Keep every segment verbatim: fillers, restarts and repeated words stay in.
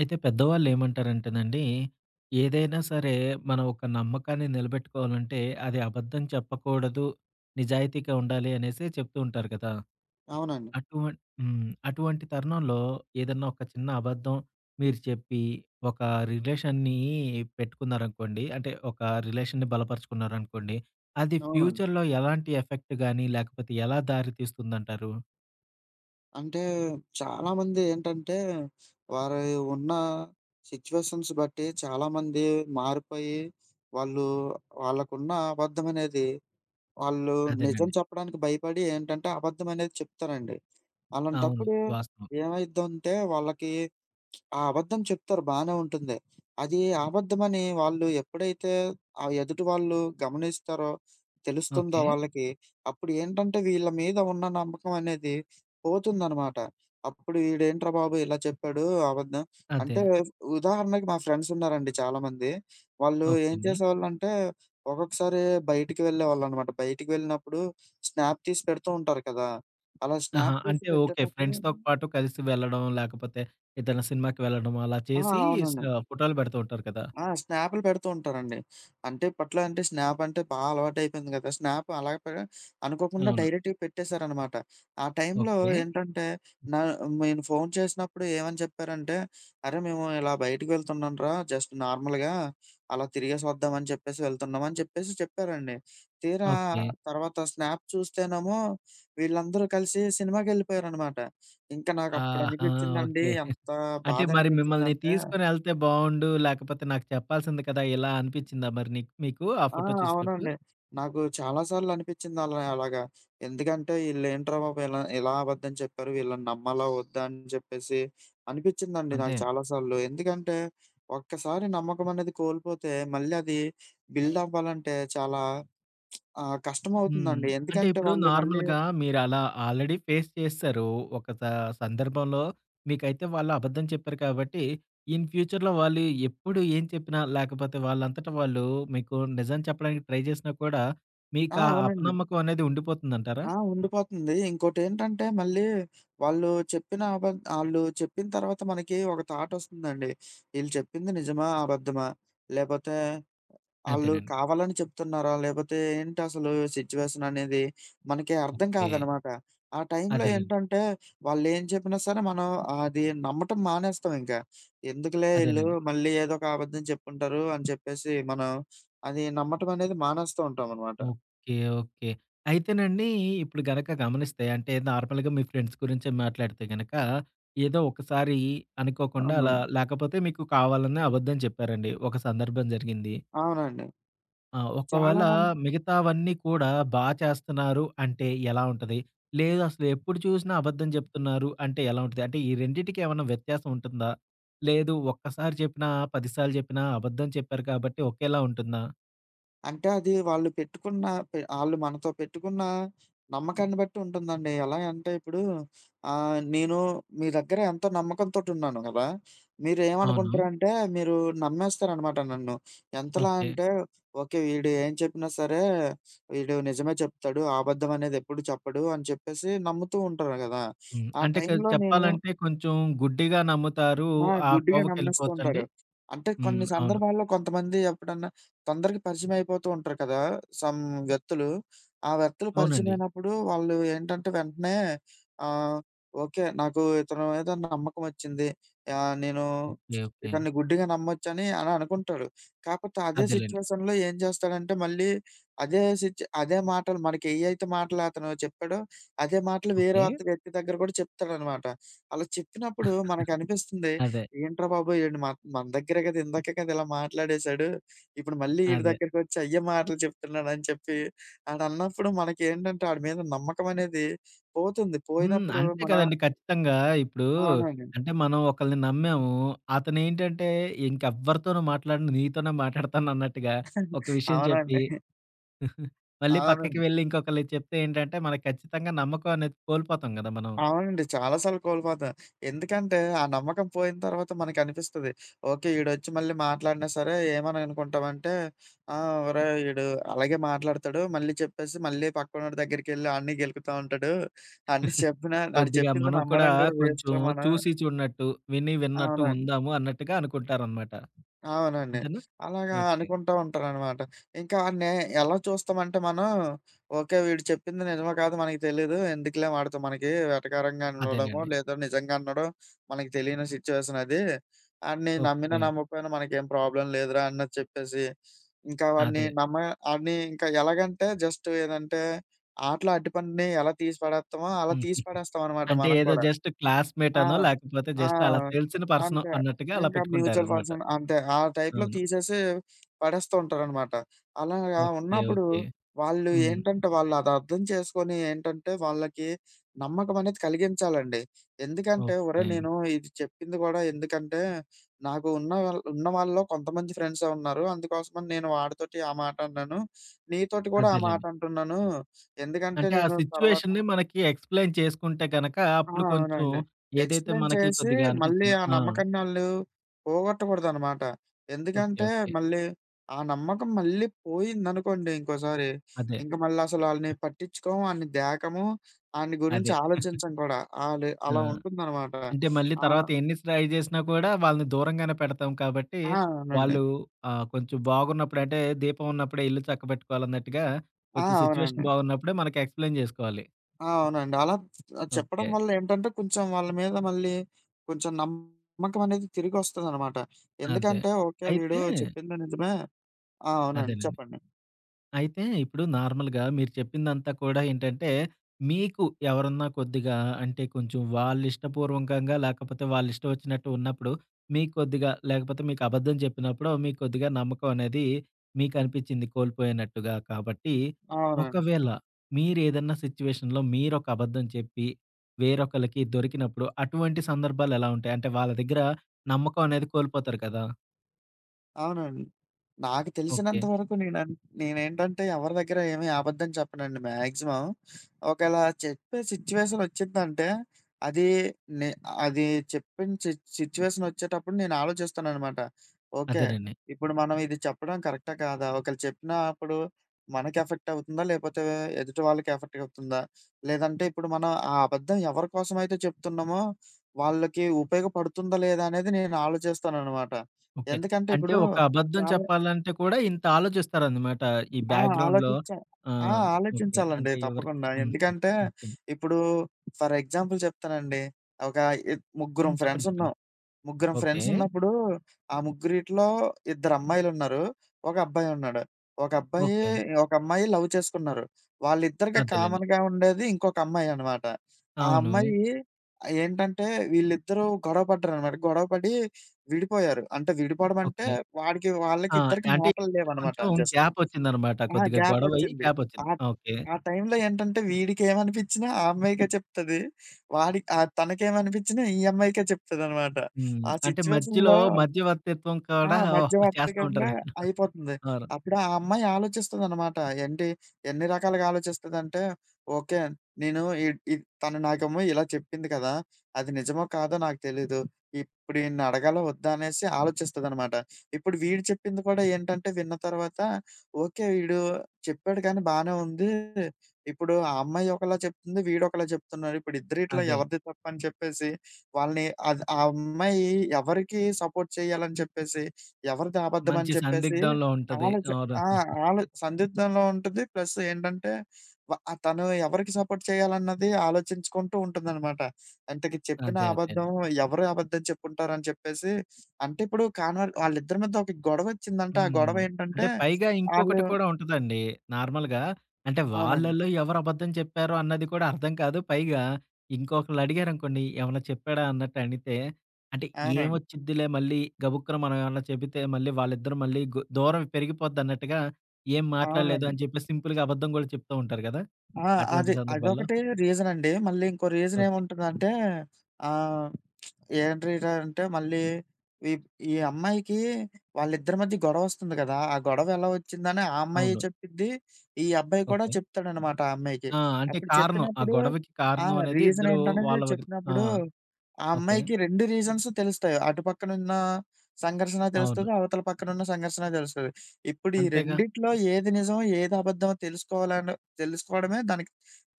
అయితే పెద్దవాళ్ళు ఏమంటారంటేనండి, ఏదైనా సరే మనం ఒక నమ్మకాన్ని నిలబెట్టుకోవాలంటే అది అబద్ధం చెప్పకూడదు, నిజాయితీగా ఉండాలి అనేసి చెప్తూ ఉంటారు కదా! అవునండి. అటువం హ్మ్. అటువంటి తరుణంలో ఏదన్నా ఒక చిన్న అబద్ధం మీరు చెప్పి ఒక రిలేషన్‌ని పెట్టుకున్నారనుకోండి, అంటే ఒక రిలేషన్‌ని బలపరుచుకున్నారనుకోండి, అది అవునండి. ఫ్యూచర్‌లో ఎలాంటి ఎఫెక్ట్ గాని లేకపోతే ఎలా దారి తీస్తుందంటారు? అంటే చాలామంది ఏంటంటే, వారి ఉన్న సిచ్యువేషన్స్ బట్టి చాలామంది మారిపోయి, వాళ్ళు వాళ్ళకున్న అబద్ధమనేది వాళ్ళు నిజం అదేనండి. చెప్పడానికి భయపడి ఏంటంటే, అబద్ధమనేది చెప్తారండి. అవును. అలాంటప్పుడు వాస్తవం. ఏమైద్దంటే వాళ్ళకి ఆ అబద్ధం చెప్తారు. బానే ఉంటుంది. అది అబద్ధమని వాళ్ళు ఎప్పుడైతే ఆ ఎదుటి వాళ్ళు గమనిస్తారో, తెలుస్తుందో ఓకే. వాళ్ళకి, అప్పుడు ఏంటంటే వీళ్ళ మీద ఉన్న నమ్మకం అనేది పోతుందనమాట. అప్పుడు "వీడేంట్రా బాబు ఇలా చెప్పాడు అబద్ధం" అదే. అంటే ఉదాహరణకి మా ఫ్రెండ్స్ ఉన్నారండి చాలామంది. వాళ్ళు ఓకే ఏం అండి. చేసేవాళ్ళంటే, ఒక్కొక్కసారి బయటికి వెళ్ళేవాళ్ళనమాట. బయటికి వెళ్ళినప్పుడు స్నాప్ తీసి పెడుతూ ఉంటారు కదా! అలా ఆహా! స్నాప్ తీసి అంటే ఓకే. పెట్టేటప్పుడు ఫ్రెండ్స్‌తో పాటు కలిసి వెళ్ళడం, లేకపోతే ఏదైనా సినిమాకి వెళ్ళడం అలా ఆ! చేసి స్ అవునండి. ఫోటోలు పెడుతూ ఉంటారు కదా! ఆ! స్నాప్‌లు పెడుతూ ఉంటారండి. అంటే ఇప్పట్లో అంటే స్నాప్ అంటే బా అలవాటైపోయింది గదా! స్నాప్ అలా పె అనుకోకుండా అవును. డైరెక్ట్‌గా పెట్టేశారనమాట. ఆ టైంలో ఓకే. ఏంటంటే నా నేను ఫోను చేసినప్పుడు ఏమని చెప్పారంటే, "అరే! మేము ఇలా బయటికి వెళ్తున్నాంరా జస్ట్ నార్మల్‌గా అలా తిరిగేసి వద్దాం" అని చెప్పేసి వెళ్తున్నాం అని చెప్పేసి చెప్పారండి. తీరా ఓకే. తర్వాత స్నాప్ చూస్తేనేమో వీళ్ళందరూ కలిసి సినిమాకెళ్ళిపోయారనమాట. ఇంకా నాకు అప్పుడు ఆహా! అనిపించిందండి ఓకే. ఎంత అంటే బాధ మరి మిమ్మల్ని అనిపించిందంటే తీసుకొనెళ్తే బావుండు, లేకపోతే నాకు చెప్పాల్సింది కదా! ఇలా అనిపిచ్చిందా మరి నీకు మీకు ఆ ఆ! ఫోటో చూసినప్పుడు? అవునండి. నాకు చాలా సార్లనిపిచ్చింది అలా అలాగా. ఎందుకంటే ఈళ్ళేంట్రా బాబు ఇలా ఇలా అబద్ధం చెప్పారు, వీళ్ళని నమ్మాలా వద్దా అని చెప్పేసి అనిపిచ్చిందండి నాకు అంతే. చాలా సార్లు. ఎందుకంటే ఒక్కసారి నమ్మకం అనేది కోల్పోతే మళ్ళీ అది బిల్డ్ అవ్వాలంటే చాలా ఆహ్, హ్మ్. కష్టమవుతుందండి. అంటే ఎందుకంటే ఇప్పుడు వాళ్ళు మళ్ళీ నార్మల్‌గా మీరలా ఆల్రెడీ ఫేస్ చేసేసారు. ఒక స సందర్భంలో మీకైతే వాళ్ళు అబద్ధం చెప్పారు కాబట్టి, ఇన్ ఫ్యూచర్‌లో వాళ్ళు ఎప్పుడు ఏం చెప్పినా, లేకపోతే వాళ్ళంతట వాళ్ళు మీకు నిజం చెప్పడానికి ట్రై చేసినా కూడా, ఆ! మీకా అవునండి. అపనమ్మకం అనేది ఉండిపోతుందంటారా? ఆ! ఉండిపోతుంది. ఇంకోటేంటంటే మళ్ళీ వాళ్ళు చెప్పిన అబద్ ఆళ్ళు చెప్పిన తర్వాత మనకి ఒక థాటొస్తుందండి. ఈళ్ళు చెప్పింది నిజమా? అబద్ధమా? లేపోతే ఆళ్ళు అదేనండి. కావాలని చెప్తున్నారా? లేపోతే ఏంటసలు సిట్యుయేషన్ అనేది మనకి అర్థం ఓకే. కాదనమాట. ఆ టైంలో అదేలెండి. ఏంటంటే వాళ్ళేం చెప్పినా సరే మనం అది నమ్మటం మానేస్తాం ఇంకా. ఎందుకులే ఈళ్ళు అదేనండి. మళ్ళీ ఏదో ఒక అబద్ధం చెప్పుంటారు అని చెప్పేసి మనం అది నమ్మటం అనేది మానేస్తూ ఉంటామనమాట. ఓకే. ఓకే. అయితేనండి ఇప్పుడు గనక గమనిస్తే అంటే నార్మల్‌గా మీ ఫ్రెండ్స్ గురించే మాట్లాడితే గనక ఏదో ఒకసారి అనుకోకుండా అలా అవును. లేకపోతే మీకు కావాలనే అబద్ధం చెప్పారండి. ఒక సందర్భం జరిగింది. అవునండి. ఆ! చాలా ఒకవేళ మం మిగతావన్నీ కూడా బా చేస్తున్నారు అంటే ఎలా ఉంటది? లేదు అసలు ఎప్పుడు చూసినా అబద్ధం చెప్తున్నారు అంటే ఎలా ఉంటది? అంటే ఈ రెండిటికి ఏమన్నా వ్యత్యాసం ఉంటుందా? లేదు ఒక్కసారి చెప్పినా, పది సార్లు చెప్పినా అబద్ధం చెప్పారు కాబట్టి ఒకేలా ఉంటుందా? అంటే అది వాళ్ళు పెట్టుకున్న పె ఆళ్ళు మనతో పెట్టుకున్న నమ్మకాన్ని బట్టి ఉంటుందండి. ఎలా అంటే ఇప్పుడు ఆహ్, నేను మీ దగ్గర ఎంతో నమ్మకంతోటున్నాను గదా! అవును. మీరేమనుకుంటారంటే మీరు ఏమనుకుంటారంటే మీరు నమ్మేస్తారనమాట నన్ను. ఎంతలా ఓకే. అంటే ఓకే. వీడు ఏం చెప్పినా సరే వీడు నిజమే చెప్తాడు. అబద్ధం అనేది ఎప్పుడు చెప్పడు అని చెప్పేసి నమ్ముతూ ఉంటారు గదా! హ్మ్. ఆ అంటే క టైంలో నేను చెప్పాలంటే కొంచెం గుడ్డిగా నమ్ముతారు. ఆ! ఆ గుడ్డిగా నమ్మేస్తూ కోవకెళ్ళిపోవచ్చండి. ఉంటారు. అంటే హ్మ్. కొన్ని అవును. సందర్భాల్లో కొంతమంది ఎప్పుడన్నా తొందరగా పరిచయం అయిపోతూ ఉంటారు కదా! సమ్ వ్యక్తులు. ఆ వ్యక్తులు అవునండి. పరిచయమైనప్పుడు వాళ్ళు ఏంటంటే వెంటనే ఆహ్, ఓకే. నాకు ఇతను మీద నమ్మకం వచ్చింది. ఆహ్, నేను ఓకే. ఓకే. ఇతన్ని గుడ్డిగా నమ్మొచ్చని అని అనుకుంటాడు. కాకపోతే అదే అదేలెండి. సిట్యుయేషన్‌లో ఏం చేస్తాడంటే మళ్ళీ అదే సిట్యు అదే మాటలు మనకి ఏయైతే మాటలు అతను చెప్పాడో అదే మాటలు వేరే ఓకే. ఒక వ్యక్తి దగ్గర కూడా చెప్తాడనమాట. అలా చెప్పినప్పుడు మనకనిపిస్తుంది అదే. ఏంట్రా బాబోయ్! ఈడు మన మన దగ్గరే కదా! ఇందాకే కదా! ఇలా మాట్లాడేసాడు. ఇప్పుడు మళ్ళీ ఈడి అదే. దగ్గరికొచ్చి అయ్యే మాటలు చెప్తున్నాడని చెప్పి ఆడన్నప్పుడు మనకేంటంటే ఆడి మీద నమ్మకమనేది పోతుంది. హ్మ్. పోయినప్పుడు అంతే మన కదండీ ఖచ్చితంగా. ఇప్పుడు అవునండి. అంటే మనం ఒకళ్ళని నమ్మాము. అతనేంటంటే ఇంకెవ్వరితోనూ మాట్లాడను నీతోనే మాట్లాడతానన్నట్టుగా ఒక విషయం చెప్పి అవునండి. మళ్ళీ పక్కకి అవునండి. వెళ్ళి ఇంకొకళ్ళకి చెప్తే ఏంటంటే మనకి ఖచ్చితంగా నమ్మకం అనేది కోల్పోతాం గదా! మనం. అవునండి. చాలా సార్లు కోల్పోతాం. ఎందుకంటే, ఆ నమ్మకం పోయిన తర్వాత మనకనిపిస్తది. ఓకే. ఈడొచ్చి మళ్ళీ మాట్లాడినా సరే ఏమని అనుకుంటామంటే, ఆ! ఒరేయ్! ఈడు అలాగే మాట్లాడతాడు. మళ్ళీ చెప్పేసి మళ్ళీ పక్కనోడి దగ్గరికెళ్ళి ఆడిని గెలుకుతా ఉంటాడు. అన్ని చెప్పినా ఆడు కొద్దిగా చెప్పింది మనం కూడా నమ్మడం కూడా కొంచెం వేస్ట్‌రా మనం. చూసి చూడనట్టు, విని విన్నట్టు అవునండి. ఉందాము అన్నట్టుగా అనుకుంటారనమాట. అవునండి. అంతేనా? అలాగా ఓకే. అనుకుంటా ఉంటారనమాట. ఇంకా ఆడిని ఎలా చూస్తామంటే మనం, ఓకే వీడు చెప్పింది నిజమో కాదో మనకు తెలీదు. ఎందుకులే వాడితో మనకి వెటకారంగా అనడమో, అదేనండి. లేదా నిజంగా అనడో మనకు తెలియని సిట్యుయేషన్ అది. ఆడిని నమ్మినా ఓకే. నమ్మకపోయినా మనకేం ప్రాబ్లమ్ లేదురా అన్నది చెప్పేసి, ఇంకా వాడిని అదే. నమ్మ ఆడిని ఇంకా ఎలాగంటే జస్ట్ ఏదంటే ఆటలో అరటిపండుని ఎలా తీసి పడేస్తామో అలా తీసి హుహు. పడేస్తామనమాట అంటే మనం ఏదో కూడా. జస్ట్ క్లాస్‌మేట్ ఆ! అనో, లేకపోతే ఆ! జస్ట్ అలా తెలిసిన పర్సనో అంతే. అన్నట్టుగా అలా ఇంకా మ్యూచువల్ పెట్టుకుంటారనమాట. ఫండ్స్ అంతే. ఆ టైప్‌లో అవును. తీసేసి పడేస్తూ ఉంటారనమాట. అలాగా ఓకే. ఉన్నప్పుడు ఓకే. వాళ్ళు హ్మ్. ఏంటంటే, వాళ్ళు అది అర్థం చేసుకొని ఏంటంటే, వాళ్ళకి నమ్మకం అనేది కలిగించాలండి. ఎందుకంటే, ఓకే. ఒరేయ్! నేను ఇది చెప్పింది కూడా ఎందుకంటే, నాకు ఉన్న వాళ్ ఉన్న వాళ్ళలో కొంతమంది ఫ్రెండ్సే ఉన్నారు. అందుకోసమని నేను వాడితోటి ఆ మాట అన్నాను. నీతోటి కూడా ఆ మాట అదేలెండి. అంటున్నాను. ఎందుకంటే, అంటే ఆ నేను తర్వాత సిట్యుయేషన్‌ని మనకి ఎక్స్‌ప్లెయిన్ చేసుకుంటే గనక ఆ! అప్పుడు కొంచెం అవునండి. ఏదైతే ఎక్స్‌ప్లెయిన్ మనకి చేసి కొద్దిగా మళ్ళీ అనిపిచ్చిందో ఆ ఆ! నమ్మకాన్ని ఆళ్ళు పోగొట్టకూడదనమాట. ఓకే. ఎందుకంటే ఓకే. మళ్ళీ ఆ నమ్మకం మళ్ళీ పోయిందనుకోండి ఇంకోసారి, అదే. ఇంక మళ్ళసలు ఆళ్ళని పట్టించుకోము, ఆడిని దేకము, ఆడిని గురించి అదే. ఆలోచించం కూడా. ఆలు ఆ! అలా ఉంటుందనమాట. అంటే మళ్ళీ ఆహ్, తర్వాత ఎన్ని ట్రై చేసినా కూడా వాళ్ళని దూరంగానే పెడతాం కాబట్టి, ఆ! అవునండి. వాళ్ళు ఆహ్, కొంచెం బాగున్నప్పుడు అంటే దీపం ఉన్నప్పుడే ఇల్లు చక్కబెట్టుకోవాలన్నట్టుగా ఆ! కొంచెం అవునండి. సిట్యుయేషన్ బాగున్నప్పుడే మనకి ఎక్స్‌ప్లెయిన్ జేసుకోవాలి. ఆ! అవునండి. అలా ఆహ్, చెప్పడం ఓకే. వల్ల ఏంటంటే కొంచెం వాళ్ళ మీద మళ్ళీ కొంచెం నమ్మకం అనేది తిరిగొస్తదనమాట. అదే. ఎందుకంటే ఓకే. వీడు అయితే చెప్పింది నిజమే ఆ! అవునండి. అదేనండి. చెప్పండి. అయితే ఇప్పుడు నార్మల్‌గా మీరు చెప్పిందంతా కూడా ఏంటంటే, మీకు ఎవరన్నా కొద్దిగా అంటే కొంచెం వాళ్ళిష్టపూర్వకంగా లేకపోతే వాళ్ళిష్టం వచ్చినట్టు ఉన్నప్పుడు, మీకు కొద్దిగా లేకపోతే మీకు అబద్ధం చెప్పినప్పుడు మీకు కొద్దిగా నమ్మకం అనేది మీకు అనిపించింది కోల్పోయినట్టుగా. కాబట్టి అవునండి. ఒకవేళ మీరేదన్నా సిట్యుయేషన్‌లో మీరొక అబద్ధం చెప్పి వేరొకళ్ళకి దొరికినప్పుడు అటువంటి సందర్భాలెలా ఉంటాయి? అంటే వాళ్ళ దగ్గర నమ్మకం అనేది కోల్పోతారు కదా! అవునండి. నాకు ఓకే. తెలిసినంత వరకు నేనన్ నేనేంటంటే ఎవరి దగ్గర ఏమి అబద్ధం చెప్పనండి మాక్సిమం. ఒకేళ చెప్పే సిట్యుయేషన్ ఒచ్చిందంటే అది నే అది చెప్పిన సి సిట్యుయేషన్ ఒచ్చేటప్పుడు నేను ఆలోచిస్తాననమాట. ఓకే. అదేనండి. ఇప్పుడు మనం ఇది చెప్పడం కరెక్టా? కాదా? ఒకవేళ చెప్పినప్పుడు మనకి ఎఫెక్ట్ అవుతుందా? లేపోతే ఎదుటి వాళ్ళకి ఎఫెక్ట్ అవుతుందా? లేదంటే ఇప్పుడు మనం ఆ అబద్ధం ఎవరి కోసమైతే చెప్తున్నామో వాళ్ళకి ఉపయోగపడుతుందా? లేదా? అనేది నేను ఆలోచిస్తాననమాట. ఓకే. ఎందుకంటే అంటే ఇప్పుడు ఒక అబద్ధం చాలా చెప్పాలంటే కూడా ఇంత ఆలోచిస్తారన్నమాట. ఈ ఆ! బ్యాక్‌గ్రౌండ్‌లో ఆలోచించా ఆ! ఆ! ఓకే. ఆలోచించాలండి అంటే ఎవరికి తప్పకుండా. హుహు. ఎందుకంటే, ఓకే. ఇప్పుడు ఫర్ ఎగ్జాంపుల్ చెప్తానండి. ఒక ఇ ముగ్గురం హ్మ్. చెప్పండి. ఫ్రెండ్సున్నాం. చెప్పండి. ముగ్గురం ఓకే. ఫ్రెండ్సున్నప్పుడు, ఆ ముగ్గురిట్లో ఇద్దరమ్మాయిలున్నారు. ఒక అబ్బాయున్నాడు. ఒక అబ్బాయి, ఓకే. ఒక అమ్మాయి లవ్ చేసుకున్నారు. వాళ్ళిద్దరికి అదేలెండి. కామన్‌గా ఉండేది ఇంకొక అమ్మాయనమాట. ఆ అవును. అమ్మాయి ఏంటంటే, వీళ్ళిద్దరూ గొడవ పడ్డారనమాట. గొడవ పడి విడిపోయారు. అంటే విడిపోవడం అంటే, ఓకే. వాడికి వాళ్ళకి ఆ! ఇద్దరికి అంటే మాటలు ఇద్దరికి లేవనమాట కొంచెం జస్ట్. గ్యాపొచ్చిందన్నమాట. ఆ! కొద్దిగా గొడవయ్యి గ్యాపొచ్చింది. గ్యాపొచ్చింది. ఆహ్, ఓకే. ఆ టైంలో ఏంటంటే వీడికేమనిపించినా ఆ అమ్మాయికే చెప్తది. వాడి ఆహ్, తనకేమనిపించినా ఈ అమ్మాయికే చెప్తదనమాట. హ్మ్. ఆ అంటే మధ్యలో సిచ్యువేషన్‌లో మధ్యవర్తిత్వం ఆ! కూడా చేస్తా ఉంటారు మధ్యవర్తికంగా కదా! అయిపోతుంది. అవును. అప్పుడు ఆ అమ్మాయి ఆలోచిస్తదనమాట. ఏంటి ఎన్ని రకాలుగా ఆలోచిస్తదంటే, ఓకే. నేను ఇడ్ ఇద్ తను నాకేమో ఇలా చెప్పింది కదా! అది నిజమో కాదో నాకు తెలీదు. ఇప్పుడు ఈడిని అడగాలా వద్దా అనేసి ఆలోచిస్తదనమాట. ఇప్పుడు వీడు చెప్పింది కూడా ఏంటంటే విన్న తర్వాత, ఓకే. వీడు చెప్పాడు కానీ బానే ఉంది. ఇప్పుడు ఆ అమ్మాయి ఒకలా చెప్తుంది. వీడొకలా చెప్తున్నారు. ఇప్పుడు ఇద్దరిట్లో అదే. ఎవరిది తప్పని చెప్పేసి వాళ్ళని అద్ ఆ అమ్మాయి ఎవరికి సపోర్ట్ చేయాలని చెప్పేసి ఎవరిది అబద్ధం మంచి అని చెప్పేసి సందిగ్ధంలో ఉంటది. ఆలోచ అవును. ఆ! ఆలో సందిగ్ధంలో ఉంటది. ప్లస్ ఏంటంటే వ ఆహ్, తను ఎవరికి సపోర్ట్ చేయాలన్నది ఆలోచించుకుంటూ ఉంటుందనమాట. ఇంతకి చెప్పిన అదే. అదే. అబద్ధం ఎవరు అబద్ధం చెప్పుంటారని చెప్పేసి అంటే ఇప్పుడు కాన్వర్ వాళ్ళిద్దరి మధ్య ఒక గొడవొచ్చిందంటే, ఆ గొడవ హ్మ్. ఏంటంటే అంటే పైగా ఆళ్ళు ఇంకొకటి కూడా ఉంటదండి. నార్మల్‌గా అంటే అవునండి. వాళ్ళలో ఎవరు అబద్ధం చెప్పారు అన్నది కూడా అర్థం కాదు. పైగా ఇంకొకళ్ళు అడిగారనుకోండి ఏమన్నా చెప్పాడా అన్నట్టు అడిగితే అంటే అవునండి. ఏమొచ్చిద్దిలే మళ్ళీ గబుక్కున మనం ఏమన్నా చెబితే మళ్ళీ వాళ్ళిద్దరూ మళ్ళీ గు దూరం పెరిగిపోద్దన్నట్టుగా ఏం మాట్లాడలేదు అవునండి. అని చెప్పి సింపుల్‌గా అబద్ధం కూడా చెప్తూ ఉంటారు కదా! ఆ! అటువంటి అది సందర్భాల్లో. అదొకటి రీజనండి. మళ్ళీ ఇంకో ఓకే. రీజనేముంటదంటే ఆహ్ ఏం రీడర్ అంటే మళ్ళీ ఈ ఈ అమ్మాయికి వాళ్ళిద్దరి మధ్య గొడవ వస్తుంది కదా! ఆ గొడవ ఎలా వచ్చిందని ఆ అమ్మాయే అవును. చెప్పిద్ది. ఈ అబ్బాయి కూడా ఓకే. చెప్తాడనమాట ఆ అమ్మాయికి. ఆ! అంటే అప్పుడు కారణం ఆ చెప్పినప్పుడు గొడవకి ఆ! కారణం అనేది రీజన్ ఇద్దరు ఏంటనేది వాళ్ళ వగ ఆ! చెప్పినప్పుడు ఆ ఓకే. అమ్మాయికి రెండు రీజన్స్ తెలుస్తాయి. అటు పక్కనున్న సంఘర్షణ అవును. తెలుస్తది. అవతల పక్కనున్న సంఘర్షణ తెలుస్తది. ఇప్పుడు ఈ అంతేగా. రెండిట్లో ఏది నిజం, ఏది అబద్ధమో తెలుసుకోవాలని తెలుసుకోవడమే దానికి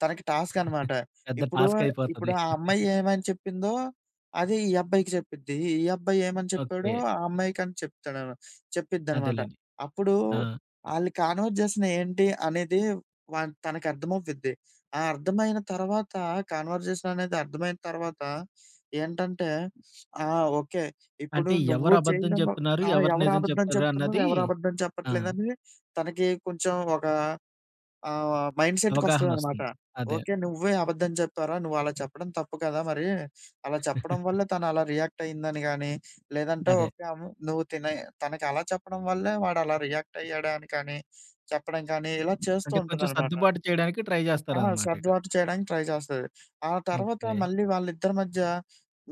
తనకి టాస్క్ అనమాట. పెద్ద ఇప్పుడు టాస్క్ ఇప్పుడు అయిపోతది. ఆ అమ్మాయి ఏమని చెప్పిందో అదే ఈ అబ్బాయికి చెప్పిద్ది. ఈ అబ్బాయి ఏమని చెప్పాడో ఓకే. ఆ అమ్మాయికని చెప్తాడు. చెప్పిద్దనమాట. అదేలెండి. అప్పుడు ఆ! ఆళ్ళు కాన్వర్జేషన్ ఏంటి అనేది వా తనకర్థమవ్విద్ది. ఆ అర్థమైన తర్వాత కాన్వర్జేషన్ అనేది అర్థమైన తర్వాత ఏంటంటే ఆ! ఓకే. ఇప్పుడు అంటే నువ్వు ఎవరు అబద్ధం చేయడం వ చెప్తున్నారు, ఆ! ఎవరు ఎవరు నిజం అబద్ధం చెప్తారు చెప్తున్నారు? అన్నది ఎవరు అబద్ధం ఆ! చెప్పట్లేదని తనకి కొంచెం ఒక ఆ! మైండ్ సెట్‌కొస్తదనమాట. అవగాహనొస్తుంది. అదే. ఓకే. నువ్వే అబద్ధం చెప్పారా? నువ్వలా చెప్పడం తప్పు కదా! మరి అలా చెప్పడం వల్ల తనలా రియాక్ట్ అయిందని గానీ, లేదంటే అదే. ఓకే. ఆమె నువ్వు తినే తనకి అలా చెప్పడం వల్లే వాడలా రియాక్ట్ అయ్యాడని కానీ, చెప్పడం కానీ ఇలా చేస్తూ అంటే కొంచెం ఉంటదనమాట. సర్దుబాటు చేయడానికి ట్రై ఆ! చేస్తారనమాట ఇక. సర్దుబాటు చేయడానికి ట్రై చేస్తది. ఆ తర్వాత ఓకే. మళ్ళీ వాళ్ళిద్దరి మధ్య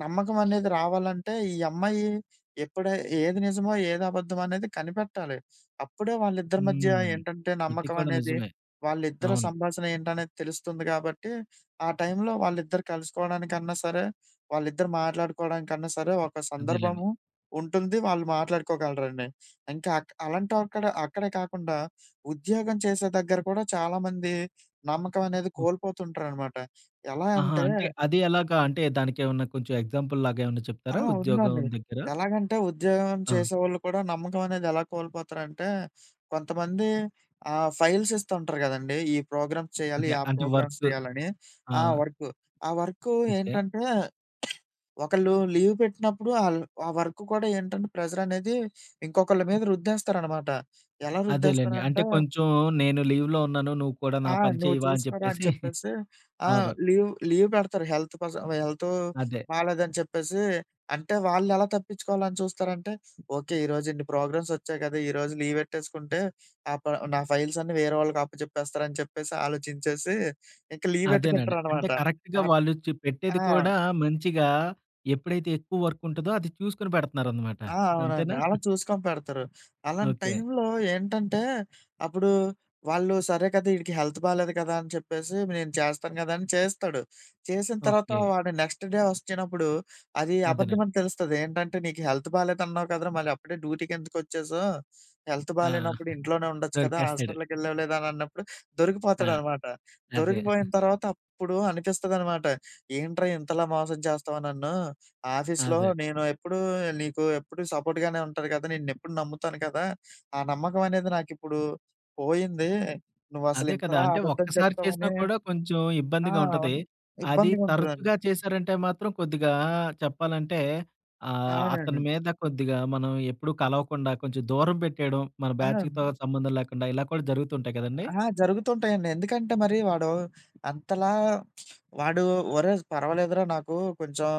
నమ్మకం అనేది రావాలంటే ఈ అమ్మాయి ఎప్పుడై ఏది నిజమో, ఏది అబద్ధమో అనేది కనిపెట్టాలి. అప్పుడే వాళ్ళిద్దరి మధ్య హ్మ్. ఏంటంటే ఇది నమ్మకం కూడా అనేది నిజమే. వాళ్ళిద్దరి అవును. సంభాషణ ఏంటనేది తెలుస్తుంది కాబట్టి, ఆ టైంలో వాళ్ళిద్దరు కలుసుకోవడానికన్నా సరే, వాళ్ళిద్దరు మాట్లాడుకోవడానికన్నా సరే ఒక అదేలెండి. సందర్భము ఉంటుంది. వాళ్ళు మాట్లాడుకోగలరండి. ఇంకా అక్ అలాంటక్కడ అక్కడే కాకుండా ఉద్యోగం చేసే దగ్గర కూడా చాలామంది నమ్మకం అనేది ఓహ్! కోల్పోతుంటారనమాట. ఎలా ఆహా! అంటే అంటే అది ఎలాగా? అంటే దానికేమన్నా కొంచెం ఎగ్జాంపుల్ లాగా ఏమన్నా ఆ! చెప్తారా? ఉద్యోగం ఉందండి. దగ్గర? ఎలాగంటే ఉద్యోగం ఆ! చేసేవాళ్ళు కూడా నమ్మకం అనేది ఎలా కోల్పోతారంటే, కొంతమంది ఆహ్, ఫైల్స్ ఇస్తుంటారు గదండీ! ఈ ప్రోగ్రామ్స్ చేయాలి, అదే. ఆ అంటే ప్రోగ్రామ్స్ వర్క్. చేయాలని. ఆ! ఆ! వర్కు. ఆ వర్కు ఓకే. ఏంటంటే, ఒకళ్ళు లీవ్ పెట్టినప్పుడు ఆళ్ళు ఆ వర్క్ కూడా ఏంటంటే ప్రెషర్ అనేది ఇంకొకళ్ళ మీద రుద్దేస్తారనమాట. ఎలా అదేలెండి. అంటే రుద్దేస్తారంటే కొంచెం నేను లీవ్‌లో ఉన్నాను. నువ్వు కూడా నా ఆ! పని "నువ్వు చేయవా? అని చూసుకోరా" అని చెప్పేసి చెప్పేసి ఆ! అవును. లీవ్ లీవ్ పెడతారు. హెల్త్ పర్సన్ హెల్త్ అదే. బాలేదని చెప్పేసి అంటే వాళ్ళెలా తప్పించుకోవాలని చూస్తారంటే, ఓకే. ఈరోజు ఇన్ని ప్రోగ్రామ్స్ వచ్చాయి కదా! ఈరోజు లీవ్ ఎట్టేసుకుంటే ఆ ప నా ఫైల్స్ అన్నీ వేరే వాళ్ళకి అప్పచెప్పేస్తారని చెప్పేసి ఆలోచించేసి, ఇంక లీవ్ అదేనండి. అంటే ఎట్టుకుంటారనమాట. కరెక్ట్‌గా అట్ వాళ్ళు చు పెట్టేది ఆ! కూడా మంచిగా ఎప్పుడైతే ఎక్కువ వర్క్ ఉంటదో అది చూసుకొని పెడుతున్నారనమాట. ఆ! అవునండి. అంతేనా? అలా చూసుకొని పెడతారు. అలాంటి ఓకే. టైంలో ఏంటంటే, అప్పుడు వాళ్ళు సరే కదా! ఈడికి హెల్త్ బాలేదు కదా! అని చెప్పేసి నేను చేస్తాను కదా! అని చేస్తాడు. చేసిన తర్వాత ఓకే. వాడు నెక్స్ట్ డే వచ్చినప్పుడు అది అదేనండి. అబద్ధమని తెలుస్తది. ఏంటంటే, "నీకు హెల్త్ బాలేదన్నావు కదరా! మళ్ళీ అప్పుడే డ్యూటీకెందుకొచ్చేసావు? హెల్త్ ఆ! బాలేనప్పుడు ఇంట్లోనే ఉండొచ్చు కదా! దొరికేస్తాడు. హాస్పిటల్‌కెళ్ళావు లేదా?" అని అన్నప్పుడు ఆ! దొరికిపోతాడనమాట. అదే. దొరికిపోయిన తర్వాత అప్పుడు అనిపిస్తదనమాట. "ఏంట్రా ఇంతలా మోసం చేస్తావా నన్ను?" ఆఫీస్‌లో అదే. నేను ఎప్పుడూ నీకు ఎప్పుడు సపోర్ట్‌గానే ఉంటారు కదా! నిన్నెప్పుడు నమ్ముతాను కదా! ఆ నమ్మకం అనేది నాకిప్పుడు పోయింది. నువ్వసలు అదే కదా! ఇంతలా అంటే అబద్ధం ఒక్కసారి చేసినా చెప్తావని కూడా కొంచెం ఆ! ఇబ్బందిగా ఉంటది. అవును. అది ఇబ్బందిగా ఉంటదండి. తరచుగా చేశారంటే మాత్రం కొద్దిగా చెప్పాలంటే ఆహ్, అవునండి. అతని మీద కొద్దిగా మనం ఎప్పుడూ కలవకుండా కొంచెం దూరం పెట్టేయడం, మన ఆ! బ్యాచ్‌తో సంబంధం లేకుండా ఇలా కూడా జరుగుతుంటాయి కదండీ! ఆ! జరుగుతుంటాయండి. ఎందుకంటే మరి వాడు అంతలా వాడు ఒరేయ్! పర్వాలేదురా నాకు కొంచెం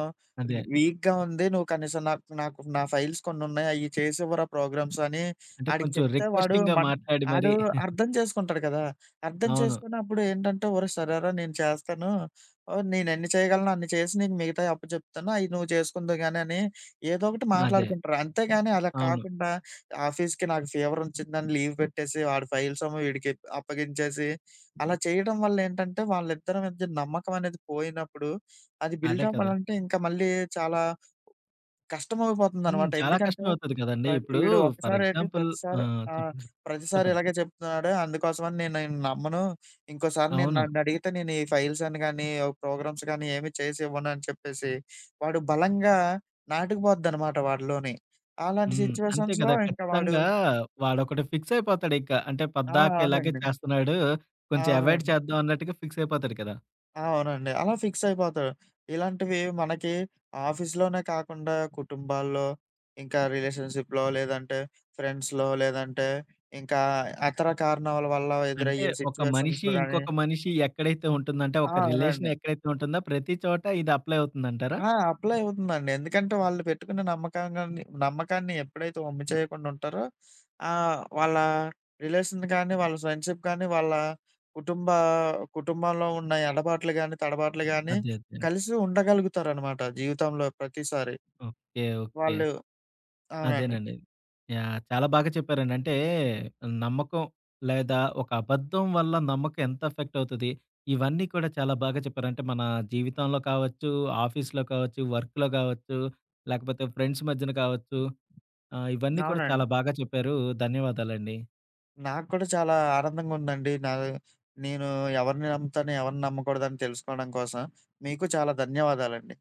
అదే. వీక్‌గా ఉంది. నువ్వు కనీసం నాకు నాకు నా ఫైల్స్ కొన్నున్నాయి. అయి చేసివ్వరా ప్రోగ్రామ్స్ అని అంటే ఆడికి కొంచెం చెప్తే వాడు రిక్వెస్టింగ్‌గా మన్ మాట్లాడి ఆడు మరి అర్థం చేసుకుంటాడు కదా! అర్థం అవును. చేసుకొని అప్పుడు ఏంటంటే ఒరేయ్! సరేరా నేను చేస్తాను. ఓహ్! నేనెన్ని చేయగలనో అన్ని చేసి నీకు మిగతాయి అప్పచెప్తాను. అయి నువ్వు చేసుకుందువు గాని అని ఏదో ఒకటి అదే. మాట్లాడుకుంటారు. అంతేగాని అలా అవును. కాకుండా ఆఫీస్‌కి నాకు ఫీవరొచ్చిందని లీవ్ పెట్టేసి, వాడి ఫైల్సేమో వీడికి అప్పగించేసి, అలా చేయడం వల్లేంటంటే, వాళ్ళిద్దరి మధ్య నమ్మకమనేది పోయినప్పుడు, అది బిల్డ్ అదే కదా! అవ్వాలంటే ఇంకా మళ్ళీ చాలా హ్మ్. కష్టమయిపోతుందనమాట. చాలా ఎందుకంటే, కష్టమవుతది ప్ర కదండీ! ఇప్పుడు ఈడు ఫర్ ఒక్కసారేటి ఎగ్జాంపుల్ ఆ! ప్రతిసారి ఆ! చెప్పండి. చెప్పండి. ప్రతిసారి చెప్పండి. ఇలాగే చెప్తున్నాడు. అందుకోసమని నేను నిన్ను నమ్మను. ఇంకోసారి నేను అవును. నన్నడిగితే నేను ఈ ఫైల్స్ అని గాని, ప్రోగ్రామ్స్ గాని ఏమి చేసివ్వనని చెప్పేసి, వాడు బలంగా నాటుకుపోద్దనమాట వాడిలోని. అలాంటి హ్మ్. అంతే సిచ్యువేషన్స్‌లో కదా! ఇంకా వాడు ఖచ్చితంగా వాడొకటి ఫిక్స్ అయిపోతాడిక. అంటే ఆ! పద్దాక ఇలాగే అవునండి. చేస్తున్నాడు. కొంచెం అవాయిడ్ అవునండి. చేద్దాం అన్నట్టుగా ఫిక్స్ అయిపోతాడు కదా! అవునండి. అలా ఫిక్స్ అయిపోతారు. ఇలాంటివి మనకి ఆఫీస్‌లోనే కాకుండా కుటుంబాల్లో, ఇంకా రిలేషన్‌షిప్‌లో లేదంటే ఫ్రెండ్స్‌లో లేదంటే ఇంకా ఇతర కారణాల వల్ల అంటే ఎదురయ్యే ఒక సిట్యుయేషన్స్ మనిషి గాని ఇంకొక మనిషి ఎక్కడైతే ఉంటుందంటే ఆ! ఒక అవునండి. రిలేషన్ ఎక్కడైతే ఉంటుందో ప్రతి చోట ఇది అప్లై అవుతుందంటారా? ఆ! అప్లై అవుతుందండి. ఎందుకంటే వాళ్ళు పెట్టుకున్న నమ్మకంగాన్ని నమ్మకాన్ని ఎప్పుడైతే వమ్ము చేయకుండా ఉంటారో ఆహ్, వాళ్ళ రిలేషన్ కానీ, వాళ్ళ ఫ్రెండ్‌షిప్ కానీ, వాళ్ళ కుటుంబ కుటుంబంలో ఉన్న ఎడబాట్లు గాని, తడబాట్లు గాని అదే అదే. కలిసి ఉండగలుగుతారనమాట జీవితంలో ప్రతిసారి. ఓకే. ఓకే. వాళ్ళు అవునండి. అదేనండి. యాహ్! చాలా బాగా చెప్పారండి. అంటే నమ్మకం లేదా ఒక అబద్ధం వల్ల నమ్మకం ఎంత ఎఫెక్ట్ అవుతది. ఇవన్నీ కూడా చాలా బాగా చెప్పారు. అంటే మన జీవితంలో కావచ్చు, ఆఫీస్‌లో కావచ్చు, వర్క్‌లో కావచ్చు, లేకపోతే ఫ్రెండ్స్ మధ్యన కావచ్చు. ఆహ్, ఇవన్నీ కూడా అవునండి. చాలా బాగా చెప్పారు. ధన్యవాదాలండి. నాకు కూడా చాలా ఆనందంగా ఉందండి. నా నేను ఎవరిని నమ్ముతాను, ఎవరిని నమ్మకూడదని తెలుసుకోవడం కోసం. మీకు చాలా ధన్యవాదాలండి.